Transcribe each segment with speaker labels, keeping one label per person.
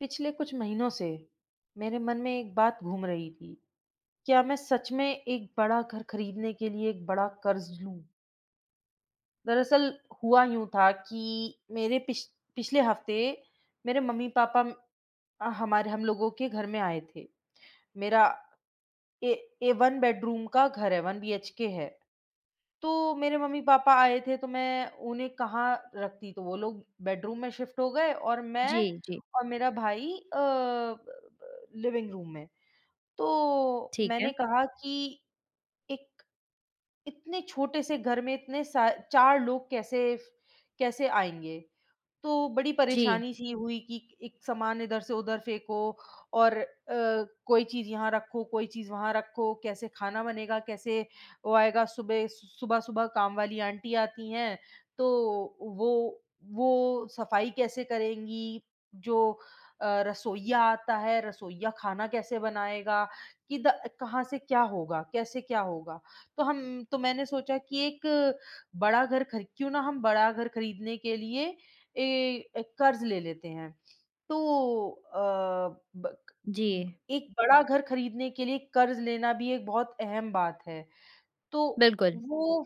Speaker 1: पिछले कुछ महीनों से मेरे मन में एक बात घूम रही थी। क्या मैं सच में एक बड़ा घर खरीदने के लिए एक बड़ा कर्ज लूं। दरअसल हुआ यूं था कि मेरे पिछले हफ्ते मेरे मम्मी पापा म- अ, हमारे हम लोगों के घर में आए थे। मेरा ए, ए वन बेडरूम का घर है, वन बी एच के है। तो मेरे मम्मी पापा आए थे, तो मैं उन्हें कहाँ रखती? तो वो लोग बेडरूम में शिफ्ट हो गए, और मैं
Speaker 2: जी, जी,
Speaker 1: और मेरा भाई लिविंग रूम में। तो
Speaker 2: ठीक है।
Speaker 1: मैंने कहा कि एक इतने छोटे से घर में, इतने सा 4 लोग कैसे आएँगे? तो बड़ी
Speaker 2: जी,
Speaker 1: परेशानी-सी हुई कि एक सामान इधर से उधर फेंको, और कोई चीज़ यहाँ रखो, कोई चीज़ वहाँ रखो, कैसे खाना बनेगा, कैसे वो आएगा। सुबह-सुबह काम वाली आंटी आती हैं, तो वो वो सफाई कैसे करेंगी, जो रसोइया आता है, रसोइया खाना कैसे बनाएगा, कि द कहाँ से क्या होगा, कैसे क्या होगा। तो हम तो मैंने सोचा कि एक बड़ा घर खरी क्यों ना हम बड़ा घर खरीदने के लिए कर्ज़ ले लेते हैं। तो अ, ब क ब
Speaker 2: जी,
Speaker 1: एक बड़ा घर खरीदने के लिए कर्ज़ लेना भी एक बहुत अहम बात है। तो
Speaker 2: बिल्कुल।
Speaker 1: वो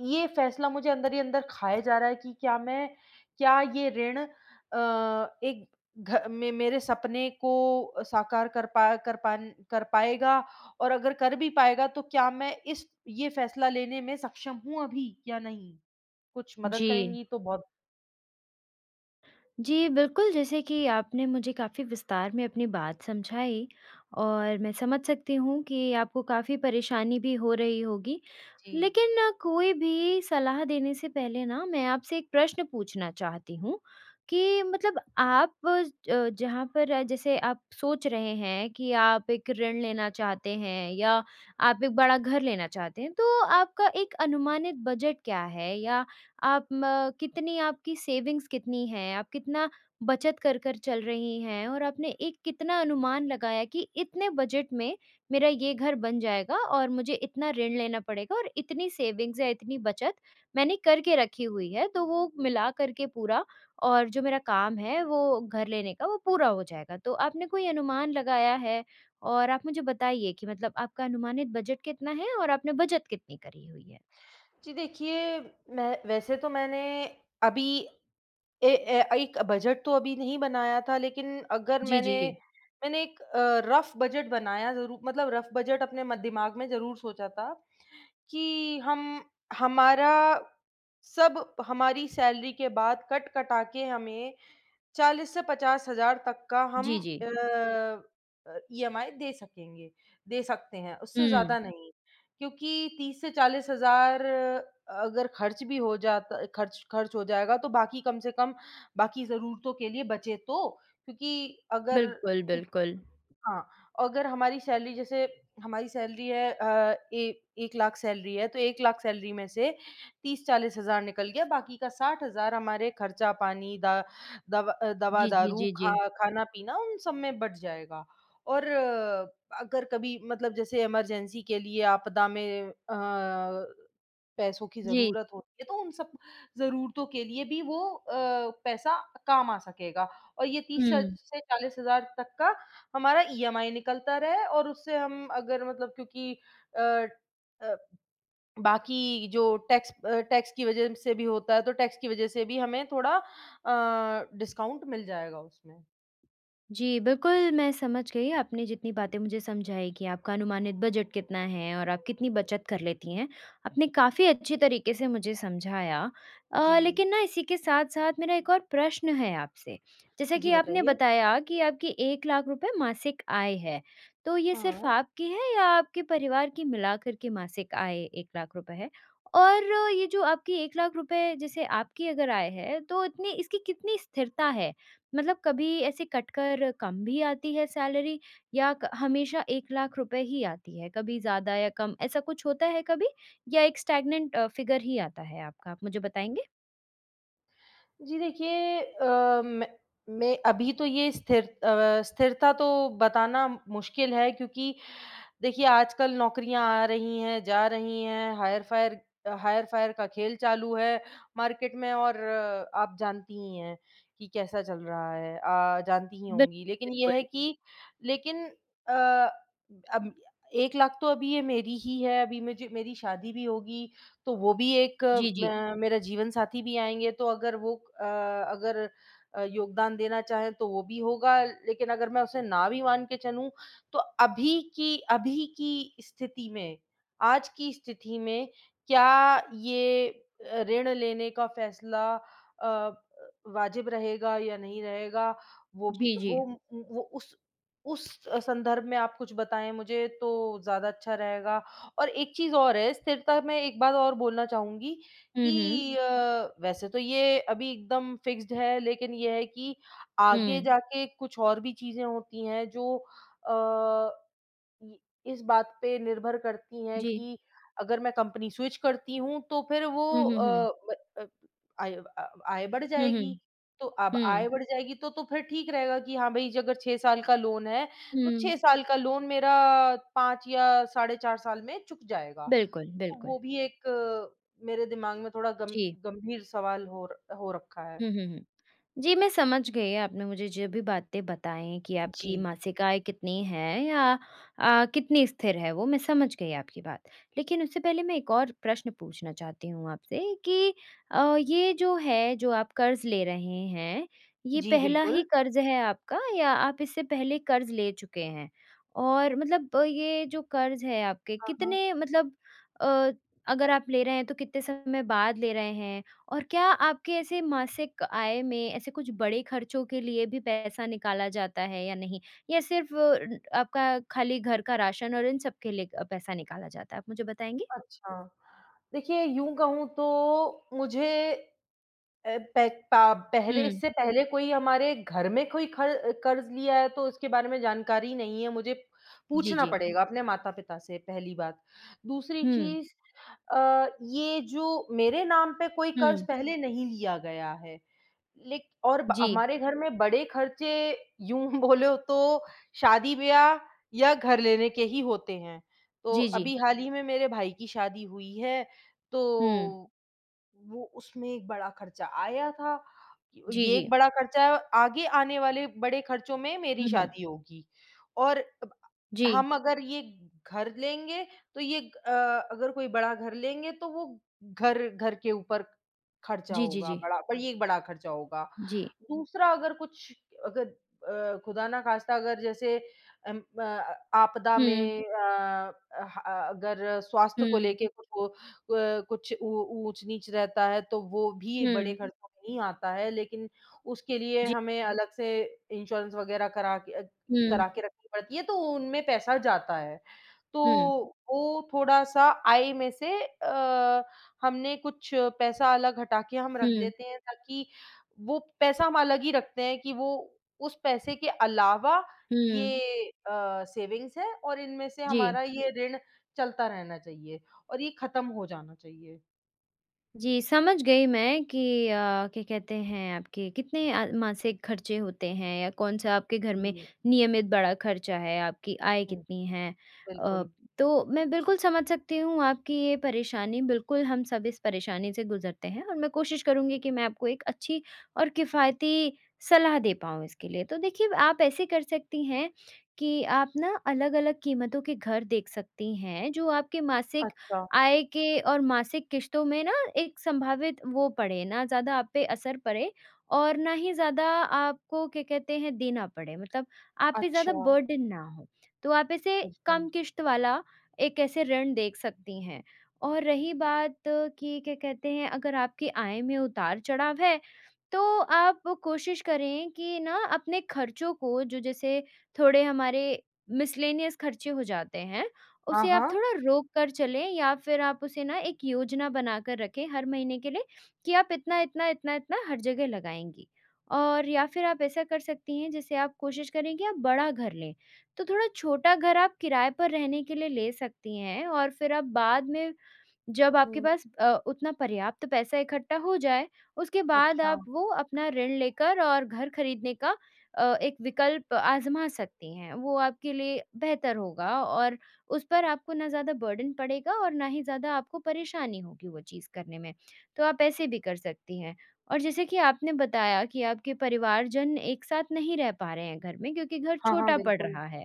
Speaker 1: ये फ़ैसला मुझे अंदर ही अंदर खाए जा रहा है कि क्या ये ऋण अ, एक घ मे मेरे सपने को साकार कर पाएगा। और अगर कर भी पाएगा, तो क्या मैं इस ये फ़ैसला लेने में सक्षम हूँ अभी या नहीं? कुछ मदद
Speaker 2: जी।
Speaker 1: करेंगी तो बहुत।
Speaker 2: जी, बिल्कुल, जैसे कि आपने मुझे काफ़ी विस्तार में अपनी बात समझाई और मैं समझ सकती हूँ कि आपको काफ़ी परेशानी भी हो रही होगी।
Speaker 1: जी।
Speaker 2: लेकिन ना कोई भी सलाह देने से पहले ना मैं आपसे एक प्रश्न पूछना चाहती हूँ कि मतलब आप जहाँ पर जैसे आप सोच रहे हैं कि आप एक ऋण लेना चाहते हैं या आप एक बड़ा घर लेना चाहते हैं, तो आपका एक अनुमानित बजट क्या है? या आप म कितनी आपकी सेविंग्स कितनी है? आप कितना बचत कर कर चल रही हैं? और आपने एक कितना अनुमान लगाया कि इतने बजट में मेरा ये घर बन जाएगा और मुझे इतना ऋण लेना पड़ेगा और इतनी सेविंग्स या इतनी बचत मैंने करके रखी हुई है, तो वो मिला कर के पूरा और जो मेरा काम है वो घर लेने का वो पूरा हो जाएगा। तो आपने कोई अनुमान लगाया है? और आप मुझे बताइए कि मतलब आपका अनुमानित बजट कितना है और आपने बचत कितनी करी हुई है?
Speaker 1: जी देखिए, मैं वैसे तो मैंने अभी ए ए एक बजट तो अभी नहीं बनाया था, लेकिन अगर
Speaker 2: जी,
Speaker 1: मैंने,
Speaker 2: जी।
Speaker 1: एक रफ़ बजट बनाया ज़रूर, मतलब रफ़ बजट अपने म दिमाग में ज़रूर सोचा था कि हम हमारा सब हमारी सैलरी के बाद, कट-कटा के हमें 40 से 50,000 तक का हम
Speaker 2: जी, जी।
Speaker 1: अ ईएमआई दे सकेंगे, दे सकते हैं, उससे
Speaker 2: हुँ।
Speaker 1: ज़्यादा नहीं। क्योंकि 30 से 40,000 अगर खर्च भी हो जाता, खर्च खर्च हो जाएगा, तो बाकी कम से कम बाकी ज़रूरतों के लिए बचे तो। क्योंकि अगर
Speaker 2: बिल्कुल,
Speaker 1: एक
Speaker 2: बिल्कुल।
Speaker 1: हाँ, अगर हमारी सैलरी जैसे, हमारी सैलरी है अ, ए 1 लाख सैलरी है, तो 1 लाख सैलरी में से 30-40 हज़ार निकल गया, बाकी का 60 हज़ार हमारे खर्चा-पानी,
Speaker 2: जी, जी,
Speaker 1: दवा-दारू,
Speaker 2: जी, जी।
Speaker 1: खा खाना-पीना, उन सब में बँट जाएगा। और अगर कभी मतलब जैसे इमरजेंसी के लिए, आपदा में पैसों की
Speaker 2: जी,
Speaker 1: ज़रूरत होती है, तो उन सब ज़रूरतों के लिए भी वो पैसा काम आ सकेगा। और ये 30 स
Speaker 2: हुँ।
Speaker 1: से 40,000 तक का हमारा ईएमआई निकलता रहे, और उससे हम अगर, मतलब क्योंकि अ अ, बाकी जो टैक्स की वजह से भी होता है, तो टैक्स की वजह से भी हमें थोड़ा डिस्काउंट मिल जाएगा उसमें।
Speaker 2: जी, बिल्कुल, मैं समझ गई आपने जितनी बातें मुझे समझाई कि आपका अनुमानित बजट कितना है और आप कितनी बचत कर लेती हैं। आपने काफ़ी अच्छी तरीके से मुझे समझाया।
Speaker 1: जी।
Speaker 2: लेकिन ना इसी के साथ-साथ मेरा एक और प्रश्न है आपसे। जैसे
Speaker 1: जी,
Speaker 2: कि आपने
Speaker 1: बताइए?
Speaker 2: बताया कि आपकी 1 लाख रुपए मासिक आय है, तो ये सिर्फ़
Speaker 1: हाँ।
Speaker 2: आपकी है या आपके परिवार की मिलाकर के मासिक आय 1 लाख रुपए है? और ये जो आपकी 1 लाख रुपए जैसे आपकी अगर आय है, तो इतनी इसकी कितनी स्थिरता है? मतलब कभी ऐसे कटकर कम भी आती है सैलरी या क हमेशा 1 लाख रुपए ही आती है? कभी ज़्यादा या कम ऐसा कुछ होता है कभी या एक स्टैग्नेंट फिगर ही आता है आपका? आप मुझे बताएँगे?
Speaker 1: जी देखिए, मैं मैं अभी तो ये स्थिरता तो बताना मुश्किल है, क्योंकि देखिए, आजकल नौकरियाँ आ रही हैं, जा रही हैं, हायर-फायर का खेल चालू है मार्केट में। और आप जानती ही हैं कि कैसा चल रहा है। जानती ही
Speaker 2: बिल
Speaker 1: होंगी, लेकिन ये है
Speaker 2: बिल्कुल।
Speaker 1: कि, लेकिन अ, अब 1 लाख तो अभी ये मेरी ही है, अभी मुझे मेरी शादी भी होगी, तो वो भी एक, अ,
Speaker 2: जी,
Speaker 1: म
Speaker 2: जी।
Speaker 1: मेरा जीवन साथी भी आएँगे, तो अगर वो अ, अगर अ, योगदान देना चाहें, तो वो भी होगा। लेकिन अगर मैं उसे ना भी मान के चलूँ, तो अभी की स्थिति में, आज की स्थिति में, क्या ये ऋण लेने का फैसला वाजिब रहेगा या नहीं रहेगा? वो भी
Speaker 2: जी, जी।
Speaker 1: वो उस संदर्भ में आप कुछ बताएँ मुझे तो ज़्यादा अच्छा रहेगा। और एक चीज़ और है, स्थिरता में एक बात और बोलना चाहूँगी
Speaker 2: हुँ, हुँ।
Speaker 1: कि वैसे तो ये अभी एकदम फिक्स्ड है, लेकिन ये है कि आगे
Speaker 2: हुँ।
Speaker 1: जाके कुछ और भी चीज़ें होती हैं जो अ, इ इस बात पे निर्भर करती हैं
Speaker 2: जी।
Speaker 1: कि अगर मैं कंपनी स्विच करती हूँ, तो फिर वो
Speaker 2: हुँ, हुँ, हुँ।
Speaker 1: ब अ, आय बढ़
Speaker 2: हुँ,
Speaker 1: जाएगी।
Speaker 2: हुँ।
Speaker 1: तो अब
Speaker 2: हुँ।
Speaker 1: आय बढ़ जाएगी, तो फिर ठीक रहेगा कि हाँ भई, अगर 6 साल का लोन है, तो
Speaker 2: हुँ।
Speaker 1: 6 साल का लोन मेरा 5 या साढ़े 4 साल में चुक जाएगा।
Speaker 2: बिल्कुल,
Speaker 1: तो
Speaker 2: बिल्कुल।
Speaker 1: वो भी एक मेरे दिमाग में थोड़ा गम
Speaker 2: जी।
Speaker 1: गंभीर सवाल हो रखा है।
Speaker 2: हुँ, हुँ, हुँ। जी, मैं समझ गई आपने मुझे जो भी बातें बताई हैं कि आपकी
Speaker 1: जी।
Speaker 2: मासिक आय कितनी है या कितनी स्थिर है वो मैं समझ गई आपकी बात। लेकिन उससे पहले मैं एक और प्रश्न पूछना चाहती हूँ आपसे कि ये जो है जो आप कर्ज़ ले रहे हैं, ये
Speaker 1: जी,
Speaker 2: पहला ही
Speaker 1: बिल्कुल।
Speaker 2: कर्ज़ है आपका या आप इससे पहले कर्ज़ ले चुके हैं? और मतलब ये जो कर्ज़ है आपके
Speaker 1: हाँ, हाँ।
Speaker 2: कितने मतलब अ, अगर आप ले रहे हैं तो कितने समय बाद ले रहे हैं? और क्या आपके ऐसे मासिक आय में ऐसे कुछ बड़े खर्चों के लिए भी पैसा निकाला जाता है या नहीं? या सिर्फ़ आपका खाली घर का राशन और इन सब के लिए पैसा निकाला जाता है? आप मुझे बताएँगे?
Speaker 1: अच्छा, देखिए यूँ कहूँ तो मुझे अ, पै पा पहले
Speaker 2: हुँ।
Speaker 1: इससे पहले, कोई, हमारे घर में कोई खर कर्ज़ लिया है, तो इसके बारे में जानकारी नहीं है, मुझे
Speaker 2: जी,
Speaker 1: पूछना
Speaker 2: जी।
Speaker 1: पड़ेगा अपने माता-पिता से, पहली बात। दूसरी
Speaker 2: हुँ।
Speaker 1: चीज़, ये जो मेरे नाम पे कोई कर्ज़
Speaker 2: हुँ।
Speaker 1: पहले नहीं लिया गया है। लेक और ब
Speaker 2: जी।
Speaker 1: हमारे घर में बड़े खर्चे यूँ बोलो तो शादी-ब्याह या घर लेने के ही होते हैं। तो
Speaker 2: जी, जी।
Speaker 1: अभी हाल ही में मेरे भाई की शादी हुई है, तो
Speaker 2: हुँ।
Speaker 1: वो, उसमें एक बड़ा खर्चा आया था।
Speaker 2: जी,
Speaker 1: ये
Speaker 2: जी।
Speaker 1: एक बड़ा खर्चा है। आगे आने वाले बड़े खर्चों में मेरी
Speaker 2: हुँ, हुँ।
Speaker 1: शादी होगी। और अब
Speaker 2: जी।
Speaker 1: हम अगर ये घर लेंगे, तो अ, अगर कोई बड़ा घर लेंगे, तो वो घर घर के ऊपर खर्चा
Speaker 2: जी, जी,
Speaker 1: होगा
Speaker 2: जी।
Speaker 1: बड़ा, पर ये एक बड़ा खर्चा होगा।
Speaker 2: जी।
Speaker 1: दूसरा, अगर खुदा ना खास्ता अगर जैसे अम, अ, आपदा
Speaker 2: हुँ।
Speaker 1: में, अ, ह अगर स्वास्थ्य को
Speaker 2: हुँ।
Speaker 1: लेके कुछ हो अ, कुछ ऊ ऊँच-नीच रहता है, तो वो भी बड़े
Speaker 2: हुँ।
Speaker 1: हुँ। खर्चों में ही आता है। लेकिन उसके लिए
Speaker 2: जी।
Speaker 1: हमें अलग से इंश्योरेंस वग़ैरह करा के अ,
Speaker 2: हुँ।
Speaker 1: करा के रखनी पड़ती है, तो उनमें पैसा जाता है। तो
Speaker 2: हुँ।
Speaker 1: वो थोड़ा-सा आय में से हमने कुछ पैसा अलग हटा के हम रख
Speaker 2: हुँ।
Speaker 1: देते हैं, ताकि वो पैसा हम अलग ही रखते हैं कि वो, उस पैसे के अलावा
Speaker 2: हुँ।
Speaker 1: ये सेविंग्स है, और इनमें से
Speaker 2: जी।
Speaker 1: हमारा ये ऋण चलता रहना चाहिए। और ये खत्म हो जाना चाहिए।
Speaker 2: जी, समझ गई मैं कि अ, क्या कहते हैं आपके कितने मासिक खर्चे होते हैं या कौन-सा आपके घर में
Speaker 1: जी।
Speaker 2: नियमित बड़ा खर्चा है, आपकी आय
Speaker 1: हुँ।
Speaker 2: कितनी है। अ,
Speaker 1: बिल्कुल।
Speaker 2: तो मैं बिल्कुल समझ सकती हूँ आपकी ये परेशानी, बिल्कुल हम सब इस परेशानी से गुज़रते हैं और मैं कोशिश करूँगी कि मैं आपको एक अच्छी और किफ़ायती सलाह दे पाऊँ इसके लिए। तो देखिए, आप ऐसे कर सकती हैं कि आप ना अलग-अलग कीमतों के घर देख सकती हैं, जो आपके मासिक
Speaker 1: अच्छा,
Speaker 2: आय के और मासिक किश्तों में ना एक संभावित वो पड़े, ना ज़्यादा आप पे असर पड़े और ना ही ज़्यादा आपको क्या कहते हैं देना पड़े, मतलब आप पे ज़्यादा
Speaker 1: अच्छा।
Speaker 2: बर्डन ना हो। तो आप ऐसे
Speaker 1: बिल्कुल।
Speaker 2: कम किश्त वाला एक ऐसे ऋण देख सकती हैं। और रही बात कि क्या कहते हैं अगर आपकी आय में उतार-चढ़ाव है, तो आप कोशिश करें कि ना अपने खर्चों को जो जैसे थोड़े हमारे मिसलेनियस खर्चे हो जाते हैं
Speaker 1: हाँ,
Speaker 2: उसे आप
Speaker 1: हाँ।
Speaker 2: थोड़ा रोक कर चलें या फिर आप उसे ना एक योजना बनाकर रखें हर महीने के लिए कि आप इतना, इतना, इतना, इतना हर जगह लगाएँगी। और या फिर आप ऐसा कर सकती हैं जैसे आप कोशिश करें कि आप बड़ा घर लें। तो थोड़ा छोटा घर आप किराए पर रहने के लिए ले सकती हैं और फिर आप बाद में जब आपके
Speaker 1: हुँ।
Speaker 2: पास उतना पर्याप्त पैसा इकट्ठा हो जाए, उसके बाद
Speaker 1: अच्छा।
Speaker 2: आप वो अपना ऋण लेकर और घर खरीदने का एक विकल्प आज़मा सकती हैं। वो आपके लिए बेहतर होगा और उस पर आपको ना ज़्यादा बर्डन पड़ेगा और ना ही ज़्यादा आपको परेशानी होगी वो चीज़ करने में। तो आप ऐसे भी कर सकती हैं। और जैसे कि आपने बताया कि आपके परिवारजन एक साथ नहीं रह पा रहे हैं घर में क्योंकि घर
Speaker 1: हाँ, हाँ,
Speaker 2: छोटा पड़
Speaker 1: बिल्कुल।
Speaker 2: रहा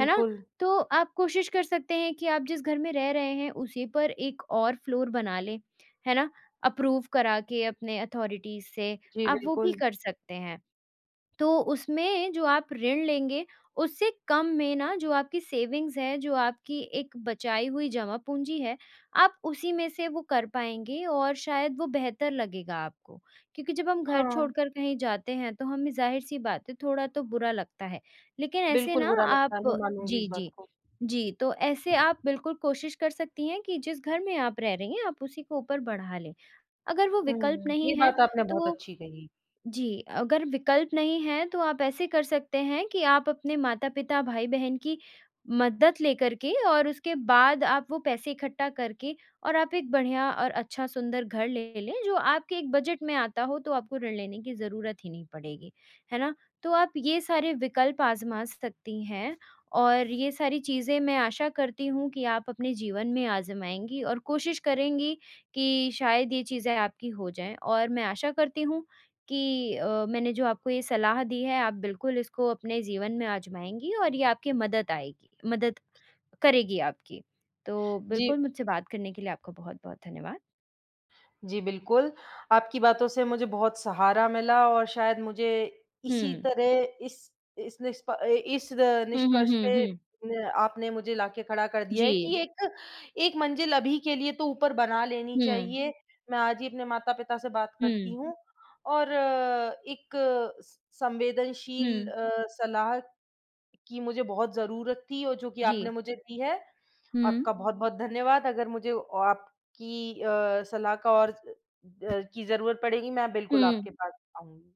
Speaker 2: है ना? तो आप कोशिश कर सकते हैं कि आप जिस घर में रह रहे हैं उसी पर एक और फ्लोर बना लें, है ना? अप्रूव करा के अपने अथॉरिटीज़ से
Speaker 1: जी,
Speaker 2: आप वो भी
Speaker 1: बिल्कुल।
Speaker 2: कर सकते हैं। तो उसमें जो आप ऋण लेंगे, उससे कम में ना जो आपकी सेविंग्स है, जो आपकी एक बचाई हुई जमा पूँजी है, आप उसी में से वो कर पाएँगे और शायद वो बेहतर लगेगा आपको। क्योंकि जब हम घर
Speaker 1: हाँ,
Speaker 2: छोड़कर कहीं जाते हैं, तो हमें ज़ाहिर-सी बात है थोड़ा तो बुरा लगता है। लेकिन ऐसे
Speaker 1: बिल्कुल
Speaker 2: ना
Speaker 1: बुरा लगता है,
Speaker 2: आप
Speaker 1: मैं मानूँगी इस
Speaker 2: जी,
Speaker 1: बात
Speaker 2: जी।
Speaker 1: को।
Speaker 2: जी, तो ऐसे आप बिल्कुल कोशिश कर सकती हैं कि जिस घर में आप रह रही हैं, आप उसी को ऊपर बढ़ा लें। अगर वो विकल्प
Speaker 1: हुँ, ये
Speaker 2: नहीं है,
Speaker 1: बात आपने बहुत
Speaker 2: तो
Speaker 1: अच्छी कही।
Speaker 2: जी, अगर विकल्प नहीं है तो आप ऐसे कर सकते हैं कि आप अपने माता-पिता, भाई-बहन की मदद लेकर के और उसके बाद आप वो पैसे इकट्ठा करके और आप एक बढ़िया और अच्छा सुंदर घर ले लें, जो आपके एक बजट में आता हो तो आपको ऋण लेने की ज़रूरत ही नहीं पड़ेगी, है ना? तो आप ये सारे विकल्प आज़मा सकती हैं और ये सारी चीज़ें मैं आशा करती हूँ कि आप अपने जीवन में आज़माएँगी और कोशिश करेंगी कि शायद ये चीज़ें आपकी हो जाएँ और मैं आशा करती हूँ कि मैंने जो आपको ये सलाह दी है आप बिल्कुल इसको अपने जीवन में आजमाएँगी और ये आपकी मदद करेगी आपकी। तो
Speaker 1: जी।
Speaker 2: बिल्कुल मुझसे बात करने के लिए आपका बहुत-बहुत धन्यवाद।
Speaker 1: जी, बिल्कुल। आपकी बातों से मुझे बहुत सहारा मिला, और शायद मुझे इसी
Speaker 2: हुँ।
Speaker 1: तरह, इस
Speaker 2: हुँ, हुँ,
Speaker 1: निष्कर्ष
Speaker 2: हुँ,
Speaker 1: पे
Speaker 2: हुँ।
Speaker 1: न आपने मुझे लाके खड़ा कर दिया है कि
Speaker 2: जी।
Speaker 1: एक एक मंजिल अभी के लिए तो ऊपर बना लेनी
Speaker 2: हुँ।
Speaker 1: चाहिए। मैं आज ही अपने माता-पिता से बात
Speaker 2: हुँ।
Speaker 1: करती हूँ। और एक अ, स संवेदनशील
Speaker 2: हुँ।
Speaker 1: सलाह की मुझे बहुत ज़रूरत थी, और जो कि
Speaker 2: जी।
Speaker 1: आपने मुझे दी है। आपका
Speaker 2: हुँ।
Speaker 1: बहुत-बहुत धन्यवाद। अगर मुझे औ आपकी सलाह का और की ज़रूरत पड़ेगी, मैं बिल्कुल
Speaker 2: हुँ।
Speaker 1: आपके पास आऊँगी।